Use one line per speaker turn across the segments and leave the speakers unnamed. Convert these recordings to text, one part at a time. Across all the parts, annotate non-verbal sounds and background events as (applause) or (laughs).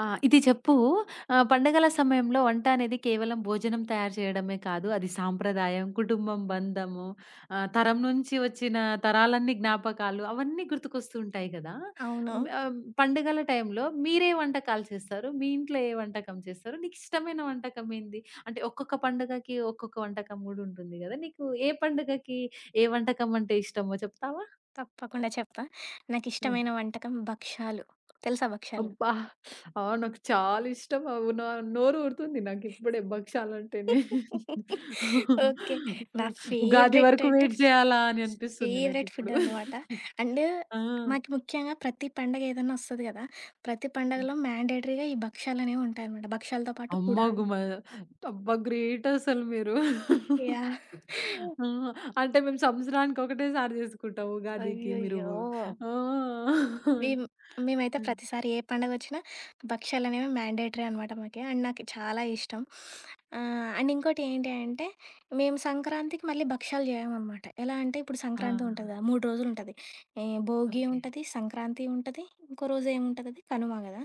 ఆ! ఇది చెప్పు. పండగల సమయంలో వంట అనేది కేవలం భోజనం తయారు చేయడమే కాదు. అది సాంప్రదాయం, కుటుంబం బంధము, తరం నుంచి వచ్చిన తరాలన్నీ జ్ఞాపకాలు అవన్నీ గుర్తుకొస్తూ ఉంటాయి కదా!
అవును.
హ్మ్, ఆహ్, పండుగల టైంలో మీరే వంటకాలు చేస్తారు? మీ ఇంట్లో ఏ వంటకం చేస్తారు? నీకిష్టమైన వంటకం ఏంది? అంటే ఒక్కొక్క పండుగకి ఒక్కొక్క వంటకం గూడా ఉంటుంది గదా! నీకు ఏ పండుగకి ఏ వంటకం అంటే ఇష్టమో చెప్తావా?
తప్పకుండా చెప్తా. నాకిష్టమైన వంటకం భక్షాలు. తెలుసా భక్షాలు?
అబ్బా! ఆ! నాకు చాలా ఇష్టం. అవి నా నోరు ఊరుతుంది నాకిప్పుడే భక్షాలంటేనే.
ఓకే. నా
హ్మ్. ఉగాది
ఫేవరెట్
వరకు
అంటే
వెయిట్ జేయాలా అని అనిపిస్తుంది
ఫేవరెట్ ఫుడ్
నాకిప్పుడు.
అనమాట. అండ్
ఆ!
మాకు ముఖ్యంగా ప్రతి పండగ ఏదన్నా ఒస్తది గదా! ప్రతి పండగలో మ్యాండేటరీగా ఈ భక్షాలనేవి ఉంటాయనమాట. భక్షాలతో పాటు
అమ్మ
కుడాలు.
గుమ అబ్బా! గ్రేట్ అసలు మీరు.
యాహ్!
ఆ! అంటే మేము సంవత్సరానికి ఒకటేసారి జేసుకుంటాం ఉగాదికి మీరు.
అయ్యయ్యో!
ఆ!
మేం మేమైతే
ఆ!
ప్రతిసారి ఏ పండగొచ్చినా భక్షాలనేవి మ్యాండేటరీ అనమాట మాకి. అండ్ నాకు చాలా ఇష్టం. అండ్ ఇంకోటి ఏంటి అంటే, మేము సంక్రాంతికి మళ్ళీ భక్షాలు జేయమనమాట. ఎలా అంటే ఇప్పుడు
ఆ!
సంక్రాంతి ఉంటది గదా! 3 రోజులుంటది. ఈ భోగి
ఓకే.
ఉంటది, సంక్రాంతి ఉంటది, ఇంకో రోజేముంటదది కనుమ గదా!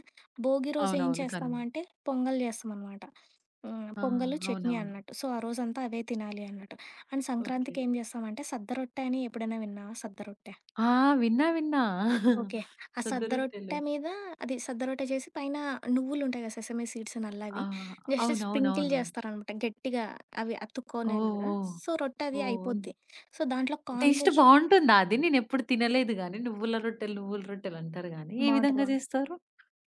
భోగి రోజు ఏం
అవునవును. కనుమ.
చేస్తాము అంటే, పొంగల్ జేస్తామనమాట. హ్మ్.
ఆ!
పొంగలు, చట్నీ
అవునవును.
అన్నట్టు. సో, ఆ రోజంతా అవే తినాలి అన్నట్టు. And
okay.
సంక్రాంతికి ఏం జేస్తామంటే, సద్దరొట్టె అని ఎప్పుడైనా విన్నావా సద్దరొట్టె?
ఆ! విన్నా, విన్నా.
ఓకే. ఆ
సద్ద
సద్ద
రొట్టెలు.
రొట్టె మీద అది సద్ద రొట్టె చేసి పైన నువ్వులుంటాయి కదా! సెసమీ సీడ్స్ నల్లవి.
ఆ!
జస్ట్ అవును. స్ప్రింకిల్
అవునవునవును.
చేస్తారనమాట గట్టిగా అవి
ఓహ్!
అతుక్కునేలాగా.
ఓహ్!
సో, రొట్టె అది
ఓహ్!
అయిపోద్ది. సో, దాంట్లో
టేస్ట్
కాంబినేషన్
బావుంటుందా అది? నేనెప్పుడు తినలేదు గానీ నువ్వుల రొట్టెలు, నువ్వుల రొట్టెలు అంటారు గానీ, ఏ
బావుంటది.
విధంగా
బావుంటది.
చేస్తారు?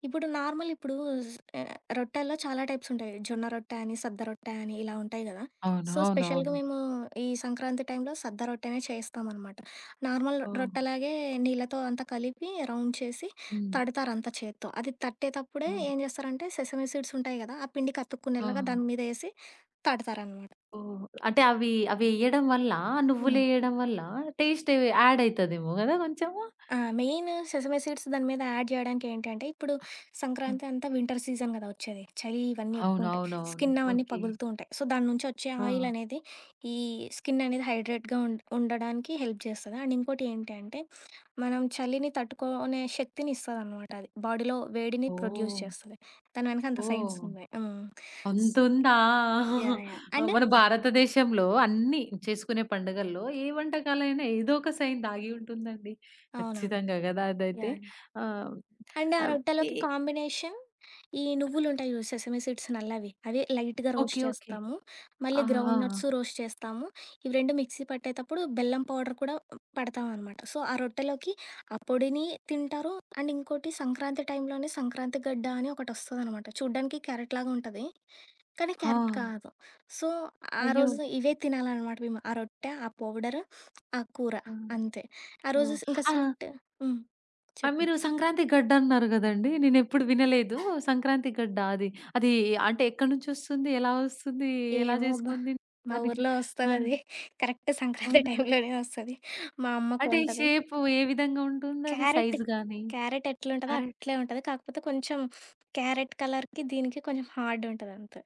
ఇప్పుడు నార్మల్ ఇప్పుడు స్ ఆహ్, రొట్టెల్లో చాలా టైప్స్ ఉంటాయి. జొన్న రొట్టె అని, సద్ద రొట్టె అని ఇలా ఉంటాయి గదా! సో, స్పెషల్‌గా
అవునవునవును.
మేము ఈ సంక్రాంతి టైంలో సద్ద రొట్టెనే చేస్తామనమాట. నార్మల్
ఓహ్!
రొట్టెలాగే నీళ్ళతో అంతా కలిపి రౌండ్ చేసి
హ్మ్.
తడతారంతా చేత్తో. అది తట్టేతప్పుడే
ఓహ్!
ఏం జేస్తారంటే సెసమి సీడ్స్ ఉంటాయి గదా! ఆ పిండి
ఆ!
కతుక్కునేలాగా దాని మీద ఏసి తడతారనమాట.
ఓహ్! అంటే అవి అవి ఎయ్యడం వల్ల, నువ్వులెయ్యడం వల్ల టేస్ట్ యాడ్ అయితదేమో గదా! కొంచెము.
ఆ! మెయిన్ సెసమే సీడ్స్ దాని మీద యాడ్ జేయడానికి ఏంటంటే, ఇప్పుడు సంక్రాంతి అంతా వింటర్ సీజన్ గదా! వచ్చేది. చలి ఇవన్నీ ఎక్కువుంటాయి.
అవునవునవును.
స్కిన్ అవన్నీ
ఓకే.
పగులుతూ ఉంటాయి. సో, దాని నుంచి వచ్చే
ఆ!
ఆయిల్ అనేది, ఈ స్కిన్ అనేది హైడ్రేట్‌గా ఉండడానికి హెల్ప్ జేస్తది. అండ్ ఇంకోటి ఏంటి అంటే, మనం చలిని తట్టుకోనే శక్తిని ఇస్తదనమాట అది. బాడీలో వేడిని ప్రొడ్యూస్
ఓహ్!
చేస్తది. దాని వెనక అంత సైన్స్
ఓహ్!
ఉన్నాయి. హ్మ్. స్
అంతుందా?
యాహ్! యాహ్! అండ్
మన భారతదేశంలో అన్నీ చేసుకునే పండుగల్లో ఏ వంటకాలైనా ఏదో ఒక సైన్ దాగి ఉంటుందండి.
అవునవును.
ఖచ్చితంగా గదా! అదైతే.
యాహ్!
ఆహ్,
అండ్ ఆ
ఆహ్, ఎ
రొట్టెలోకి
ఎ
కాంబినేషన్ ఈ నువ్వులుంటాయి చూడు సెసమి సీడ్స్ నల్లవి అవి లైట్‌గా రోస్ట్
ఓకే. ఓకే.
చేస్తాము. మళ్ళీ
ఆ!
హ్మ్.
ఆ!
గ్రౌండ్ నట్స్ రోస్ట్ చేస్తాము. ఇవి 2 మిక్సీ పట్టేటప్పుడు బెల్లం పౌడర్ కూడా పడతామనమాట. సో, ఆ రొట్టెలోకి ఆ పొడిని తింటారు. అండ్ ఇంకోటి సంక్రాంతి టైంలోనే సంక్రాంతి గడ్డ అని ఒకటొస్తదనమాట. చూడ్డానికి క్యారెట్‌లాగా ఉంటది. కానీ
ఆ!
క్యారెట్ హ్మ్. కాదు. సో, ఆ
అయ్యో!
రోజు ఇవే తినాలనమాట మేము. ఆ రొట్టె, ఆ పౌడర్, ఆ కూర
ఆ!
అంతే. ఆ రోజు
ఓహ్!
ఇంకా
ఆ!
స్వీట్ హ్మ్.
ఆ!
చెప్పు.
మీరు సంక్రాంతి గడ్డన్నారు గదండీ! నేనెప్పుడు వినలేదు. సంక్రాంతి గడ్డ అది. అది అంటే ఎక్కడి నుంచొస్తుంది? ఎలా వస్తుంది? ఎలా
ఏమో అబ్బా!
చేసుకొని
మా
దానికి
ఊర్లో
ఆ!
వస్తదది. కరెక్ట్ సంక్రాంతి
అవునా?
టైంలోనే వస్తది. మా అమ్మకు
అంటే
వంటది.
షేపు ఏ విధంగా ఉంటుందది
క్యారెట్,
సైజ్ గాని?
క్యారెట్ ఎట్లుంటదో
క్యారెట్
అట్లే ఉంటది. కాకపోతే కొంచెం క్యారెట్ కలర్‌కి, దీనికి కొంచెం హార్డ్ ఉంటదంతే.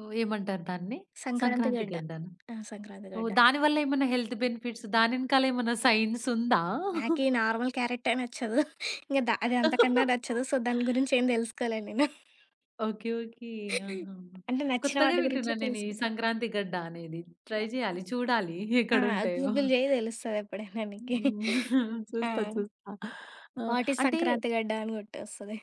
ఓహ్! ఏమంటారు దాన్ని?
సంక్రాంతి
సంక్రాంతి
గడ్డ.
గడ్డనా?
ఆ! సంక్రాంతి
ఓహ్!
గడ్డ.
దానివల్ల ఏమన్నా హెల్త్ బెనిఫిట్స్ దాని ఎనకాల ఏమన్నా సైన్స్ ఉందా?
నాకీ నార్మల్ క్యారెట్టే నచ్చదు. ఇంక అది అంతకన్నా నచ్చదు. సో, దాని గురించి ఏం తెలుసుకోలే నేను.
ఓకే. ఓకే. ఆహా!
అంటే నచ్చిన
కొత్తగా
వాటి గురించే
వింటున్నా నేను ఈ
తెలుసుకుంటా.
సంక్రాంతి గడ్డ అనేది. Try
yeah!
చేయాలి. చూడాలి
ఆ!
ఎక్కడుంటాయో.
గూగుల్ చెయ్యి తెలుస్తది ఎప్పుడైనా నీకి.
హ్మ్.
ఆ!
చూస్తా, చూస్తా. ఆ!
వాట్ ఈజ్
అంటే
సంక్రాంతి గడ్డ అని కొట్టొస్తది.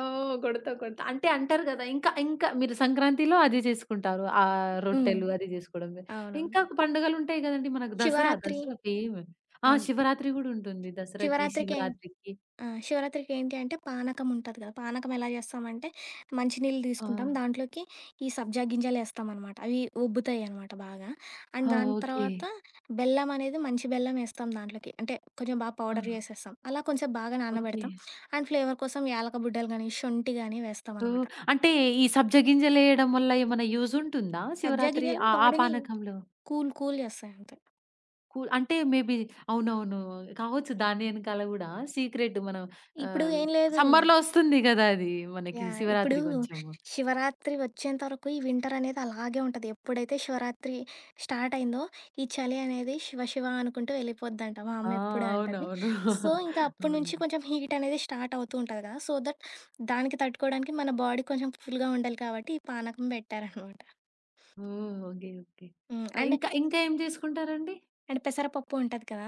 ఓహ్! కొడతా, కొడతా. అంటే అంటారు గదా! ఇంకా, ఇంకా మీరు సంక్రాంతిలో అది చేసుకుంటారు.
హ్మ్.
రొట్టెలు అది జేసుకోవడమే.
అవునవును.
ఇంకా పండుగలుంటాయి గదండీ మనకు దసరా,
శివరాత్రి?
దసరా ఫేమ్. ఆ!
ఆ!
శివరాత్రి గూడా ఉంటుంది. దసరాకి,
శివరాత్రికే
శివరాత్రికి.
ఆ! శివరాత్రికి ఏంటి అంటే పానకం ఉంటది కదా! పానకం ఎలా చేస్తామంటే మంచినీళ్ళు
ఆ!
తీసుకుంటాం. దాంట్లోకి ఈ సబ్జా గింజలేస్తామనమాట. అవి ఉబ్బుతాయనమాట బాగా. అండ్
ఆ!
దాని
ఓకే.
తర్వాత బెల్లం అనేది మంచి బెల్లం ఏస్తాం దాంట్లోకి. అంటే కొంచెం బాగా
ఆ!
పౌడర్ చేసేస్తాం. అలా కొంచెం బాగా
ఓకే.
నానబెడతాం. అండ్ ఫ్లేవర్ కోసం యాలక బుడ్డలు గానీ, శొంఠి గానీ
ఓహ్!
వేస్తామనమాట.
అంటే ఈ సబ్జ గింజలేయడం వల్ల ఏమన్నా యూజ్ ఉంటుందా
సబ్జా
శివరాత్రి
గింజలు
ఆ ఆ
బాడీని
పానకంలో?
కూల్ కూల్ చేస్తాయి అంతే.
అంటే మేబీ అవునవును. కావచ్చు దాని ఎనకాల గూడా సీక్రెట్ మనం
ఇప్పుడు
ఆహ్,
ఏం లేదు
సమ్మర్‌లో ఒస్తుంది గదా! అది మనకి
యాహ్! ఇప్పుడు
శివరాత్రి కొంచెము.
శివరాత్రి వచ్చేంత వరకు ఈ వింటర్ అనేది అలాగే ఉంటది. ఎప్పుడైతే శివరాత్రి స్టార్ట్ అయిందో, ఈ చలి అనేది శివ శివ అనుకుంటూ వెళ్ళిపోద్దంట. మా
ఆ!
అమ్మ ఎప్పుడూ అంటది.
అవునవును.
సో, ఇంకా అప్పటి నుంచి
అవునండి.
కొంచెం హీట్ అనేది స్టార్ట్ అవుతూ ఉంటది కదా! సో దట్ దానికి తట్టుకోవడానికి మన బాడీ కొంచెం కూల్‌గా ఉండాలి కాబట్టి, ఈ పానకం పెట్టారనమాట.
ఓహ్! ఓకే. ఓకే.
హ్మ్.
ఆహ్,
అండ్
ఇంకా ఇంకా ఏం చేసుకుంటారండి?
అండ్ పెసరపప్పు ఉంటది కదా!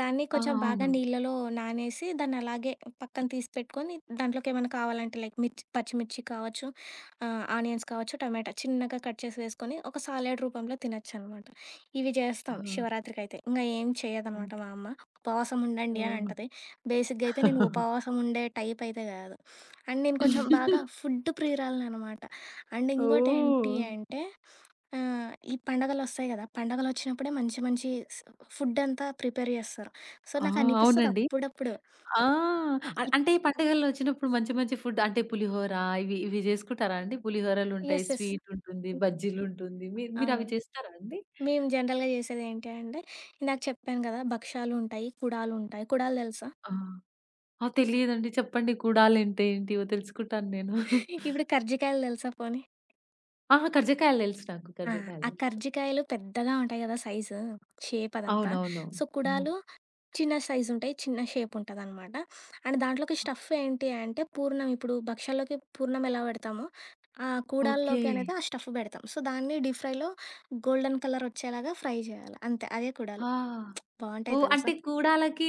దాన్ని
ఆ!
కొంచెం బాగా
అవును.
నీళ్ళలో నానేసి దాన్ని అలాగే పక్కన తీసి పెట్టుకొని, దాంట్లోకి ఏమైనా కావాలంటే లైక్ పచ్చిమిర్చి కావచ్చు, ఆనియన్స్ కావచ్చు, టమాటా చిన్నగా కట్ చేసి వేసుకొని ఒక సాలెడ్ రూపంలో తినొచ్చనమాట. ఇవి
ఆ!
చేస్తాం శివరాత్రికైతే. ఇంగ ఏం
ఓకే.
చేయదనమాట మా అమ్మ. ఉపవాసం ఉండండి అని
ఓహ్!
అంటది. బేసిక్‌గా అయితే నేను ఉపవాసం ఉండే టైప్ అయితే కాదు. అండ్ నేను కొంచెం బాగా ఫుడ్ ప్రియురాలిననమాట. అండ్ ఇంకోటేంటి
ఓహ్!
అంటే ఆ! ఈ పండగలొస్తాయి గదా! పండగలొచ్చినప్పుడే మంచి మంచి స్ ఫుడ్ అంతా ప్రిపేర్ జేస్తారు. సో,
ఆ!
నాకనిపిస్తది
అవునండి.
అప్పుడప్పుడు
ఆ!
ఇ
అంటే పండగలొచ్చినప్పుడు మంచి మంచి ఫుడ్ అంటే పులిహోర ఇవి ఇవి జేసుకుంటారా అండి? పులిహోరలుంటాయి,
యెస్. యెస్.
స్వీట్ ఉంటుంది,
హ్మ్.
బజ్జీలుంటుంది. మీరు
అవును.
మీరవి చేస్తారా అండి?
మేము జనరల్‌గా జేసేదేంటి అంటే, ఇందాక చెప్పాను గదా! భక్షాలుంటాయి, కుడాలుంటాయి. కుడాలు ఉంటాయి. కుడాలు తెలుసా?
ఆ! ఆ! తెలీదండి. చెప్పండి. కుడాలంటే ఏంటివో తెలుసుకుంటాను నేను.
ఇప్పుడు కర్జికాయలు తెలుసా పోనీ?
ఆహా! కర్జికాయలు తెలుసు నాకు.
ఆ! ఆ
కర్జికాయలు.
కర్జికాయలు పెద్దగా ఉంటాయి గదా! సైజు, షేప్ అదంతా.
అవునవును.
సో,
హ్మ్.
కుడాలు చిన్న సైజుంటాయి. చిన్న షేపుంటదనమాట. అండ్ దాంట్లోకి స్టఫ్ ఏంటి అంటే పూర్ణం ఇప్పుడు భక్షాల్లోకి పూర్ణం ఎలా పెడతామో, ఆ
ఓకే.
కూడాల్లోకి అనేది ఆ స్టఫ్ పెడతాం. సో, దాన్ని డీప్ ఫ్రైలో గోల్డెన్ కలర్ వచ్చేలాగా ఫ్రై జేయాలి. అంతే. అదే కూడాలు.
ఆ!
బావుంటాయి
ఓహ్!
తెలుసా!
అంటే కూడాలకి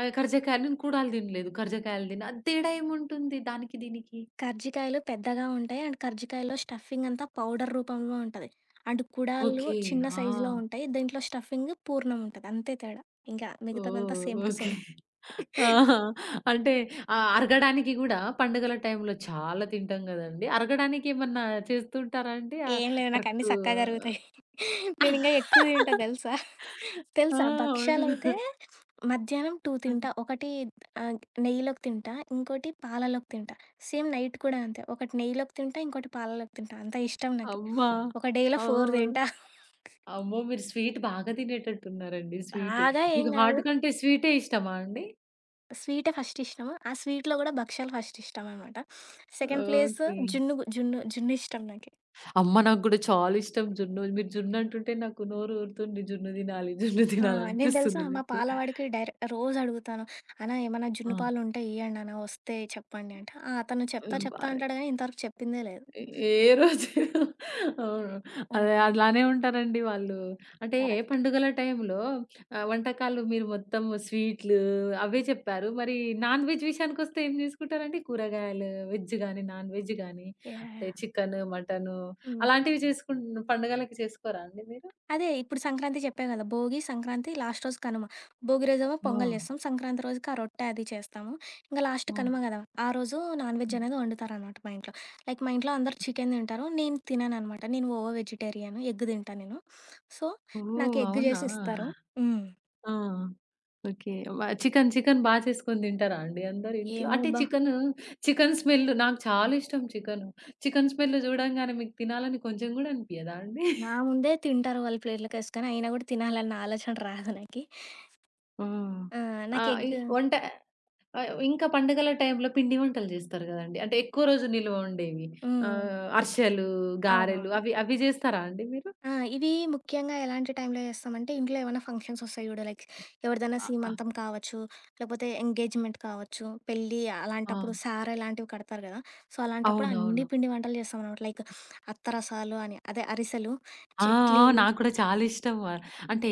కర్జకాయలు నేను కూడాలు తినలేదు. కర్జకాయలు తిన్నా. అది తేడా ఏముంటుంది దానికి దీనికి?
కర్జికాయలు పెద్దగా ఉంటాయి. అండ్ కర్జికాయలో స్టఫింగ్ అంతా పౌడర్ రూపంలో ఉంటది. అండ్ కుడాలు
ఓకే.
చిన్న
ఆ!
సైజులో ఉంటాయి. దీంట్లో స్టఫింగ్ పూర్ణం ఉంటది. అంతే తేడా. ఇంకా మిగతాదంతా
ఓహ్!
Same too
okay.
సేమ్.
ఆహా! అంటే అరగడానికి గూడా పండుగల టైంలో చాలా తింటాం గదండీ. అరగడానికి ఏమన్నా చేస్తుంటారా అండి?
ఏం లేదు. నాకన్నీ
కరెక్టు
సక్కగా జరుగుతాయి. నేనింగా ఎక్కువ తింటా తెలుసా?
ఆ!
తెలుసా?
అవును.
భక్షాలైతే మధ్యాహ్నం 2 తింటా. ఒకటి ఆహ్, నెయ్యిలోకి తింటా. ఇంకోటి పాలలోకి తింటా. సేమ్ నైట్ కూడా అంతే. ఒకటి నెయ్యిలోకి తింటా. ఇంకోటి పాలలోకి తింటా. అంత ఇష్టం నాకు.
అమ్మా!
ఒక డేలో 4
అవును.
తింటా.
అమ్మో! మీరు స్వీట్ బాగా తినేటట్టున్నారండి. స్వీట్.
బాగా ఏం
మీకు
కాదు.
హాట్ కంటే స్వీటే ఇష్టమా అండి?
స్వీటే ఫస్ట్ ఇష్టము. ఆ స్వీట్‌లో కూడా భక్షాలు ఫస్ట్ ఇష్టమనమాట. Second place
okay.
జున్ను జున్ను జున్ను ఇష్టం నాకి.
అమ్మ! నాకు గూడా చాలా ఇష్టం జున్ను. మీరు జున్ను అంటుంటే నాకు నోరు ఊరుతుంది. జున్ను తినాలి, జున్ను
ఆ! నేను తెలుసా
తినాలనిపిస్తుంది
మా
నాకు.
పాలవాడికి డైరె రోజు అడుగుతాను. అన్నా ఏమన్నా
ఆ!
జున్ను పాలు ఉంటే ఇయ్యండి అన్న వస్తే చెప్పండి అంటే, ఆ! అతను చెప్తా
హ్మ్. బా
చెప్తా అంటాడు గానీ ఇంతవరకు చెప్పిందే లేదు.
ఏ ఏ రోజు (laughs) అవును. అదే
హ్మ్.
అలానే ఉంటారండి వాళ్ళు. అంటే ఏ
కరెక్ట్.
పండుగల టైంలో వంటకాలు మీరు మొత్తం స్వీట్లు అవే చెప్పారు. మరి నాన్ వెజ్ విషయానికొస్తే ఏం చేసుకుంటారండి? కూరగాయలు, వెజ్ గాని, నాన్ వెజ్ గాని
యాహ్!
అంటే
యాహ్!
చికెను, మటను
హ్మ్.
అలాంటివి
హ్మ్.
పండుగలకి చేసుకోరా అండి మీరు?
అదే ఇప్పుడు సంక్రాంతి చెప్పా గదా! భోగి, సంక్రాంతి లాస్ట్ రోజు కనుమ. భోగి రోజేమో పొంగల్
ఓహ్!
చేస్తాం. సంక్రాంతి రోజుకి ఆ రొట్టె అది చేస్తాము. ఇంగా లాస్ట్ కనుమ
ఆ!
గదా! ఆ రోజు నాన్ వెజ్
హ్మ్.
అనేది వండుతారనమాట మా ఇంట్లో. లైక్ మా ఇంట్లో అందరూ చికెన్ తింటారు. నేను తినననమాట. నేను ఓవో వెజిటేరియన్. ఎగ్ తింటా నేను. సో, నాకు
ఓహ్!
ఎగ్
అవునా?
చేసి ఇస్తారు. హ్మ్.
ఆ! ఓకే. చికెన్, చికెన్ చేసుకొని తింటారా అండి అందరు ఇంట్లో?
ఏమో
అంటే
అబ్బా!
చికెను, చికెన్ స్మెల్ నాకు చాలా ఇష్టం చికెను. చికెన్ స్మెల్ చూడంగానే మీకు తినాలని కొంచెం కూడా అనిపియదా అండి?
నా ముందే తింటారు వాళ్ళు ప్లేట్‌లోకేసుకొని. అయినా గూడా తినాలన్న ఆలోచన రాదు నాకి.
ఆ!
ఆ! నాకు
ఆహ్, ఇ
ఎగ్
వంట ఆహ్, ఇంకా పండుగల టైంలో పిండి వంటలు చేస్తారు కదండీ. అంటే ఎక్కువ రోజు నిలువ ఉండేవి.
హ్మ్.
అరిసెలు, గారెలు
అవునవును.
అవి అవి చేస్తారా అండి మీరు?
ఆ! ఇవి ముఖ్యంగా ఎలాంటి టైంలో చేస్తామంటే, ఇంట్లో ఏమైనా ఫంక్షన్స్ వస్తాయి చూడు. లైక్ ఎవరిదైనా
అ! ఆ!
సీమంతం కావచ్చు, లేకపోతే ఎంగేజ్‌మెంట్ కావచ్చు, పెళ్లి
ఆ!
అలాంటప్పుడు సారె లాంటివి కడతారు గదా! సో, అలాంటప్పుడు అన్ని
అవునవును.
పిండి వంటలు చేస్తామనమాట. లైక్ అత్తరసాలు అని అదే అరిసెలు,
ఆ! ఆ!
చెక్లీలు.
నాకు కూడా చాలా ఇష్టం. ఆహ్, అంటే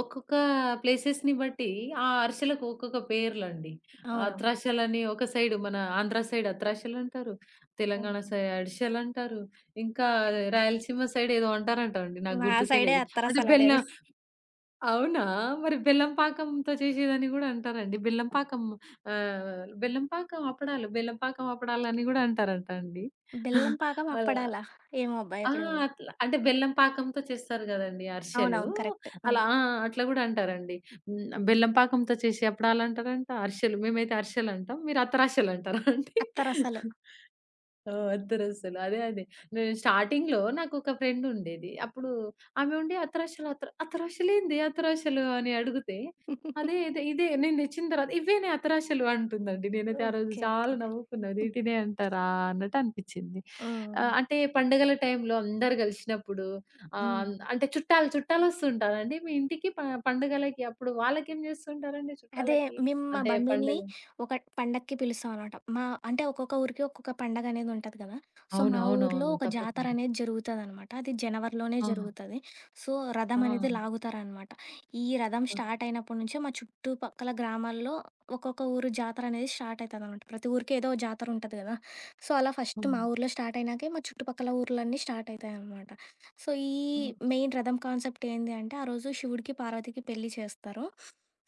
ఒక్కొక్క ప్లేసెస్‌ని బట్టి ఆ అరిసెలకు ఒక్కొక్క పేర్లండి.
అవునవును.
అత్రాశలని ఒక సైడ్ మన ఆంధ్ర సైడ్ అత్రాశలంటారు.
ఆ!
తెలంగాణ సైడ్ అరిసెలంటారు. ఇంకా రాయలసీమ సైడ్ ఏదో అంటారంటండి నాకు
మా
గుర్తుకే
సైడే
లేదు. అంటే
అత్తరసాలనేది.
బెల్లం అవునా! మరి బెల్లం పాకంతో చేసేదని గూడా అంటారండి. బెల్లం పాకం బెల్లం పాకం అప్పడాలు, బెల్లం పాకం అప్పడాలని గూడా అంటారంట అండి.
బెల్లం పాకం,
అలా
అప్పడాలా? ఏమో అబ్బా!
ఆ!
ఎప్పుడు వినలే.
అట్లా అంటే బెల్లం పాకంతో చేస్తారు గదండీ అరిసెలు.
అవునవును. కరెక్ట్. హ్మ్.
అలా ఆ! అట్లా గూడా అంటారండి. హ్మ్. బెల్లం పాకంతో చేసే అప్పడాలంటారంట, అరిసెలు మేమైతే అరిసెలంటాం. మీరు అత్తరసెలంటారా అండి?
అత్తరసలు.
ఓహ్! అద్దరసలు. అదే, అదే. నేను స్టార్టింగ్‌లో నాకొక ఫ్రెండ్ ఉండేది. అప్పుడు ఆమె ఉండి అత్తరసలు అత్తరసలేంది అత్తరసలు అని అడిగితే, అదే
(laughs)
ఇదే ఇదే నేను తెచ్చిన తర్వాత ఇవ్వేనే అత్తరసలు అంటుందండి. నేనైతే ఆ రోజు
ఓకే. ఓకే.
చాలా నవ్వుకున్నా. వీటినే అంటారా అన్నట్టు అనిపించింది.
హ్మ్.
అంటే పండుగల టైంలో అందరూ కలిసినప్పుడు
హ్మ్.
అంటే చుట్టాలు చుట్టాలు వస్తుంటారండి మీ ఇంటికి పండుగలకి. అప్పుడు వాళ్ళకేం చేస్తుంటారండి
అదే
చుట్టాలకి?
మేము మా అదే.
అంటే
బంధువుల్ని
పండుగ
ఒక పండక్కి పిలుస్తాం అనమాట. మా అంటే ఒక్కొక్క ఊరికి ఒక్కొక్క పండగ అనేది ఉంటది కదా! సో, మా అవును. ఊర్లో
అవునవునవును.
ఒక జాతర
తప్పకుండా.
అనేది జరుగుతదనమాట. అది జనవరిలోనే హ్మ్.
ఆ!
జరుగుతది. సో, రథం అనేది
ఆ!
లాగుతారనమాట. ఈ రథం
ఆ!
స్టార్ట్ అయినప్పటి నుంచే మా చుట్టుపక్కల గ్రామాల్లో ఒక్కొక్క ఊరు జాతర అనేది స్టార్ట్ అయితదనమాట. ప్రతి ఊరికి ఏదో జాతర ఉంటది కదా! సో, అలా ఫస్ట్ మా
హ్మ్.
ఊర్లో స్టార్ట్ అయినాకే మా చుట్టుపక్కల ఊర్లన్నీ స్టార్ట్ అయితాయనమాట. సో, ఈ
హ్మ్.
మెయిన్ రథం కాన్సెప్ట్ ఏంది అంటే, ఆ రోజు శివుడికి, పార్వతికి పెళ్లి చేస్తారు.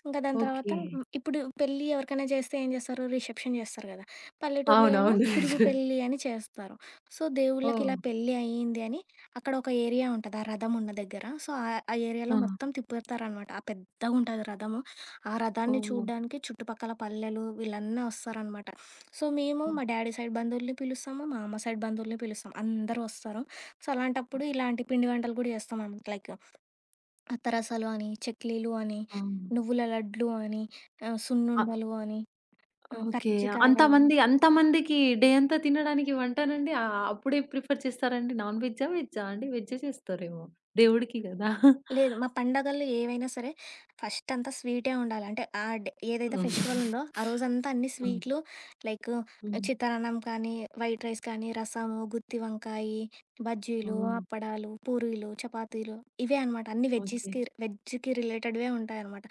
ఇంకా దాని తర్వాత
ఓకే.
హ్మ్, ఇప్పుడు పెళ్లి ఎవరికైనా చేస్తే ఏం చేస్తారు? రిసెప్షన్ చేస్తారు కదా! పల్లెటూరులో ఏమో
అవునవును.
తిరుగు పెళ్లి అని చేస్తారు. సో, దేవుళ్ళకి
ఓహ్!
ఇలా పెళ్లి అయింది అని అక్కడ ఒక ఏరియా ఉంటది. ఆ రథం ఉన్న దగ్గర. సో, ఆ ఆ ఏరియాలో
ఆ!
మొత్తం తిప్పుతారనమాట. ఆ పెద్దగుంటది రథము. ఆ రథాన్ని
ఓహ్!
చూడ్డానికి చుట్టుపక్కల పల్లెలు వీళ్ళన్నీ వస్తారనమాట. సో, మేము
ఓహో!
మా డాడీ సైడ్ బంధువుల్ని పిలుస్తాము. మా అమ్మ సైడ్ బంధువుల్ని పిలుస్తాం. అందరూ వస్తారు. సో, అలాంటప్పుడు ఇలాంటి పిండి వంటలు కూడా చేస్తాం అనమాట. లైక్ అత్తరసాలు అని, చెక్లీలు అని,
అవును.
నువ్వుల లడ్లు అని,
అ
సున్నుండలు అని,
ఓకే.
కర్జికాయలు
అంతమంది అంతమందికి డే అంతా తినడానికి వంటనండి అప్పుడే ప్రిఫర్ చేస్తారండి? నాన్ వెజ్జా? వెజ్జా అండి? వెజ్జే చేస్తారేమో దేవుడికి గదా!
లేదు. మా పండగల్లో ఏవైనా సరే ఫస్ట్ అంతా స్వీటే ఉండాలి. అంటే ఆ డే ఏదైతే
హ్మ్.
ఫెస్టివల్ ఉందో
(laughs)
ఆ రోజంతా అన్ని
ఆ!
స్వీట్లు లైక్
హ్మ్.
చిత్రాన్నం కానీ, వైట్ రైస్ కానీ, రసము, గుత్తి వంకాయి, బజ్జీలు,
ఓహ్!
అప్పడాలు, పూరీలు, చపాతీలు ఇవే అనమాట. అన్ని
ఓకే.
వెజ్జీస్‌కి వెజ్‌కి రిలేటెడ్‌వే ఉంటాయనమాట.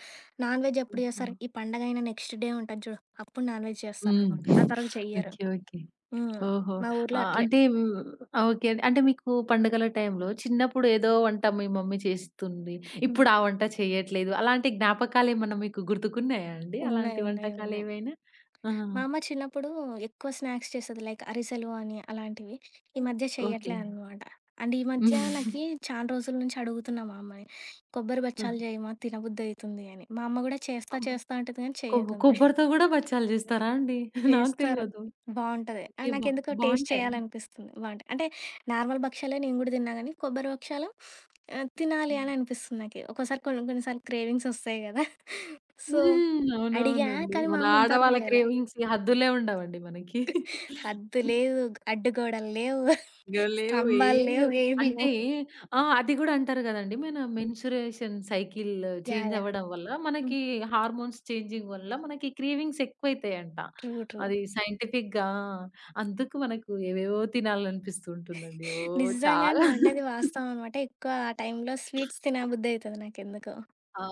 నాన్ వెజ్ ఎప్పుడు
ఆహా!
చేస్తారు? ఈ పండగ అయిన నెక్స్ట్ డే ఉంటది చూడు! అప్పుడు నాన్ వెజ్
హ్మ్.
చేస్తారనమాట. అంతవరకు చెయ్యరు.
ఓకే. ఓకే.
హ్మ్.
ఓహో!
మా
ఆ!
ఊర్లో అట్లే.
అంటే హ్మ్. ఓకే. అంటే మీకు పండుగల టైంలో చిన్నప్పుడు ఏదో వంట మీ మమ్మీ చేస్తుంది.
హ్మ్.
ఇప్పుడు ఆ వంట చేయట్లేదు. అలాంటి జ్ఞాపకాలేమన్నా మీకు గుర్తుకున్నాయా అండి?
ఉన్నాయి.
అలాంటి
ఉన్నాయి. ఉన్నాయి.
వంటకాలేవైనా? ఆ!
మా అమ్మ చిన్నప్పుడు ఎక్కువ స్నాక్స్ చేసేది. లైక్ అరిసెలు అని అలాంటివి. ఈ మధ్య
ఓకే.
చెయ్యట్లే అనమాట. అండ్ ఈ మధ్య నాకి చాలా రోజుల నుంచి అడుగుతున్నా మా అమ్మని. కొబ్బరి
హ్మ్.
బచ్చాలు జెయమా తినబుద్దయితుంది అని. మా అమ్మ గూడా చేస్తా
అబ్
చేస్తా అంటది గానీ
కొ
చెయ్యకుంది.
కొబ్బరితో గూడా బచ్చాలు చేస్తారా అండి? నాకు
చేస్తారు.
తెలవదు.
బావుంటది.
ఓకే.
నాకెందుకో టేస్ట్
బావుంటాయా?
చేయాలనిపిస్తుంది. బావుంటాయి. అంటే నార్మల్ భక్షాలే నేను గూడా తిన్నా గానీ, కొబ్బరి భక్షాలు తినాలి
హ్మ్.
అని అనిపిస్తుంది నాకి. ఒక్కోసారి కొన్ని కొన్ని సార్లు క్రేవింగ్స్ ఒస్తాయి గదా! సో, అడిగా,
అవునవునండి.
కానీ మా
మన
అమ్మ ఇంతవరకు
ఆడవాళ్ళ
జేయలే.
క్రేవింగ్స్‌కి హద్దులే ఉండవండి మనకి.
హద్దు లేదు, అడ్డుగోడలు లేవు,
ఇంగ లేవు.
స్తంభాలు
ఏం
లేవు,
లేవు.
ఏమి లేవు.
అంటే ఆ! అది గూడా అంటారు గదండీ. మన menstruation cycle
yeah!
Change
yeah!
అవ్వడం వల్ల,
హ్మ్.
మనకి హార్మోన్స్ చేంజింగ్ వల్ల మనకి క్రేవింగ్స్ ఎక్కువైతాయంట.
ట్రూ. ట్రూ.
అది సైంటిఫిక్‌గా అందుకు మనకు ఏవేవో తినాలనిపిస్తూ ఉంటుందండి. ఓహ్!
నిజంగా
చాలా.
నువ్వన్నది వాస్తవం అనమాట. ఎక్కువ ఆ టైంలో స్వీట్స్ తినబుద్దయితది నాకెందుకో.
ఆ!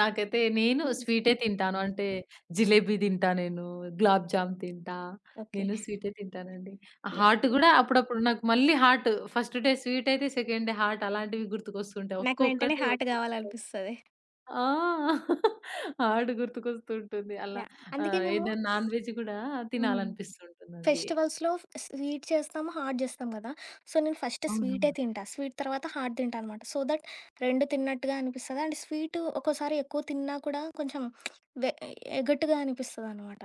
నాకైతే నేను స్వీటే తింటాను. అంటే జిలేబీ తింటా నేను, గులాబ్ జామ్ తింటా.
ఓకే.
నేను స్వీటే తింటానండి.
యాహ్!
హాట్ గూడా అప్పుడప్పుడు నాకు మళ్ళీ హాట్ ఫస్ట్ డే స్వీట్ అయితే సెకండ్ డే హాట్ అలాంటివి గుర్తుకొస్తుంటాయి.
నాకు వెంటనే
ఒక్కొక్కటి
హార్ట్
ఒక్కొక్కటి.
కావాలనిపిస్తది.
ఆ! హాట్ గుర్తుకొస్తూ ఉంటుంది. అలా
యాహ్! అందుకే మేము
ఏదైనా నాన్ వెజ్ గూడా
హ్మ్.
తినాలనిపిస్తుంటుందండి.
ఫెస్టివల్స్‌లో స్వీట్ చేస్తాము, హాట్ చేస్తాం కదా! సో, నేను ఫస్ట్ స్వీటే
అవునవును.
తింటా. స్వీట్ తర్వాత హాట్ తింటా అనమాట. సో దట్ 2 తిన్నట్టుగా అనిపిస్తది. అండ్ స్వీట్ ఒక్కోసారి ఎక్కువ తిన్నా కూడా కొంచెం వె ఎగటుగా అనిపిస్తదనమాట.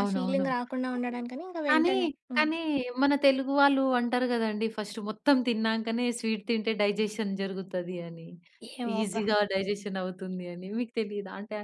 ఆ ఫీలింగ్ రాకుండా
అవును.
ఉండడానికని ఇంక
కానీ,
వెంటనే హ్మ్.
కానీ మన తెలుగు వాళ్ళు అంటారు గదండీ! ఫస్ట్ మొత్తం తిన్నాంకనే స్వీట్ తింటే డైజెషన్ జరుగుతది అని.
ఏమోబ్బా!
ఈజీగా డైజెషన్ అవుతుంది అని. మీకు తెలీదా? అంటే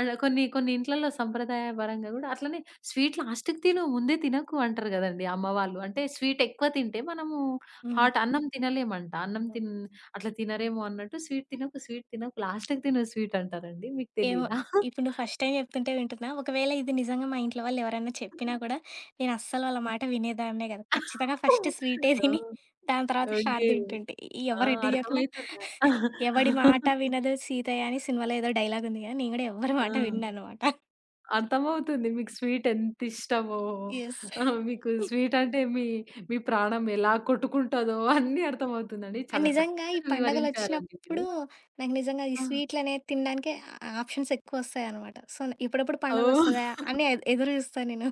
అలా కొన్ని కొన్ని ఇంట్లలో సంప్రదాయపరంగా గూడా అట్లనే స్వీట్ లాస్ట్‌కి తిను ముందే తినకు అంటారు గదండీ అమ్మ వాళ్ళు. అంటే స్వీట్ ఎక్కువ తింటే మనము
హుహు.
హార్ట్ అన్నం తినలేమంట. అన్నం తిన్ అట్లా తినరేమో అన్నట్టు స్వీట్ తినకు, స్వీట్ తినకు లాస్ట్‌కి తిను స్వీట్ అంటారండి. మీకు
ఏమో!
తెలీదా?
ఇప్పుడు నువ్వు ఫస్ట్ టైమ్ చెప్తుంటే వింటున్నా. ఒకవేళ ఇది నిజంగా మా ఇంట్లో వాళ్ళు ఎవరైనా చెప్పినా కూడా, నేను అస్సలు వాళ్ళ మాట వినేదాన్నే కాదు. ఖచ్చితంగా ఫస్ట్
(laughs)
స్వీటే
ఆ!
తిని, దాని తర్వాత చాట్
ఓకే.
తింటుంటి.
ఆ!
ఎవరు ఎన్ని చెప్పినా,
అర్థమైతుందా?
"ఎవడి మాట వినదు సీతయ్య" అని సినిమాలో ఏదో డైలాగ్ ఉంది కదా! నేను కూడా ఎవ్వరి
ఆ!
మాట అవును. వినననమాట.
అర్థమవుతుంది. మీకు స్వీట్ ఎంతిష్టమో,
యెస్.
ఆ! మీకు స్వీట్ అంటే మీ, మీ ప్రాణం ఎలా కొట్టుకుంటదో అన్నీ అర్థమవుతుందండి.
అండ్
చాలా
నిజంగా ఈ
చక్కగా వివరించారండి మీరు.
పండగలొచ్చినప్పుడు, నాకు నిజంగా ఈ
ఆ!
స్వీట్లనేవి తినడానికి ఆప్షన్స్ ఎక్కువొస్తాయనమాట. సో, ఎప్పుడెప్పుడు
ఓహ్!
పండగొస్తదా అని ఎదురు చూస్తా నేను.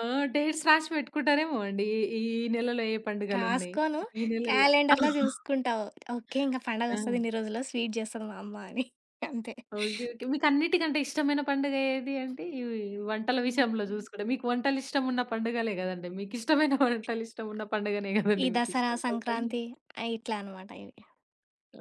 ఆ! డేట్స్ రాసి పెట్టుకుంటారేమో అండి. ఈ ఈ నెలలో ఏ పండుగలున్నయి,
రాసుకోను.
ఈ నెలలో
క్యాలెండర్‌లో జూసుకుంటావు. ఓకే. ఇంక
ఆ!
పండగొస్తది ఇన్ని రోజుల్లో స్వీట్ జేస్తది మా అమ్మ అని. అంతే.
ఓకే. ఓకే. మీకన్నిటికంటే ఇష్టమైన పండుగ ఏది అంటే ఇవి వంటల
హ్మ్.
విషయంలో జూసుకుంటే మీకు వంటలు ఇష్టమున్న పండుగలే గదండీ! మీకిష్టమైన వంటలు ఇష్టమున్న పండుగనే
ఈ
గదండీ
దసరా,
మీకిష్టం చెప్పండి.
సంక్రాంతి ఇట్లా అనమాట ఇవి.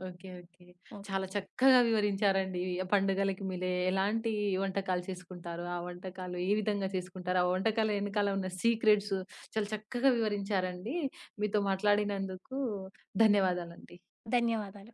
ఓకే. ఓకే.
ఓకే.
చాలా చక్కగా వివరించారండి. ఆ పండుగలకి మీరే ఎలాంటి వంటకాలు చేసుకుంటారు? ఆ వంటకాలు ఏ విధంగా చేసుకుంటారు? ఆ వంటకాల ఎనకాల ఉన్న సీక్రెట్స్ చాలా చక్కగా వివరించారండి. మీతో మాట్లాడినందుకు ధన్యవాదాలండి.
ధన్యవాదాలు.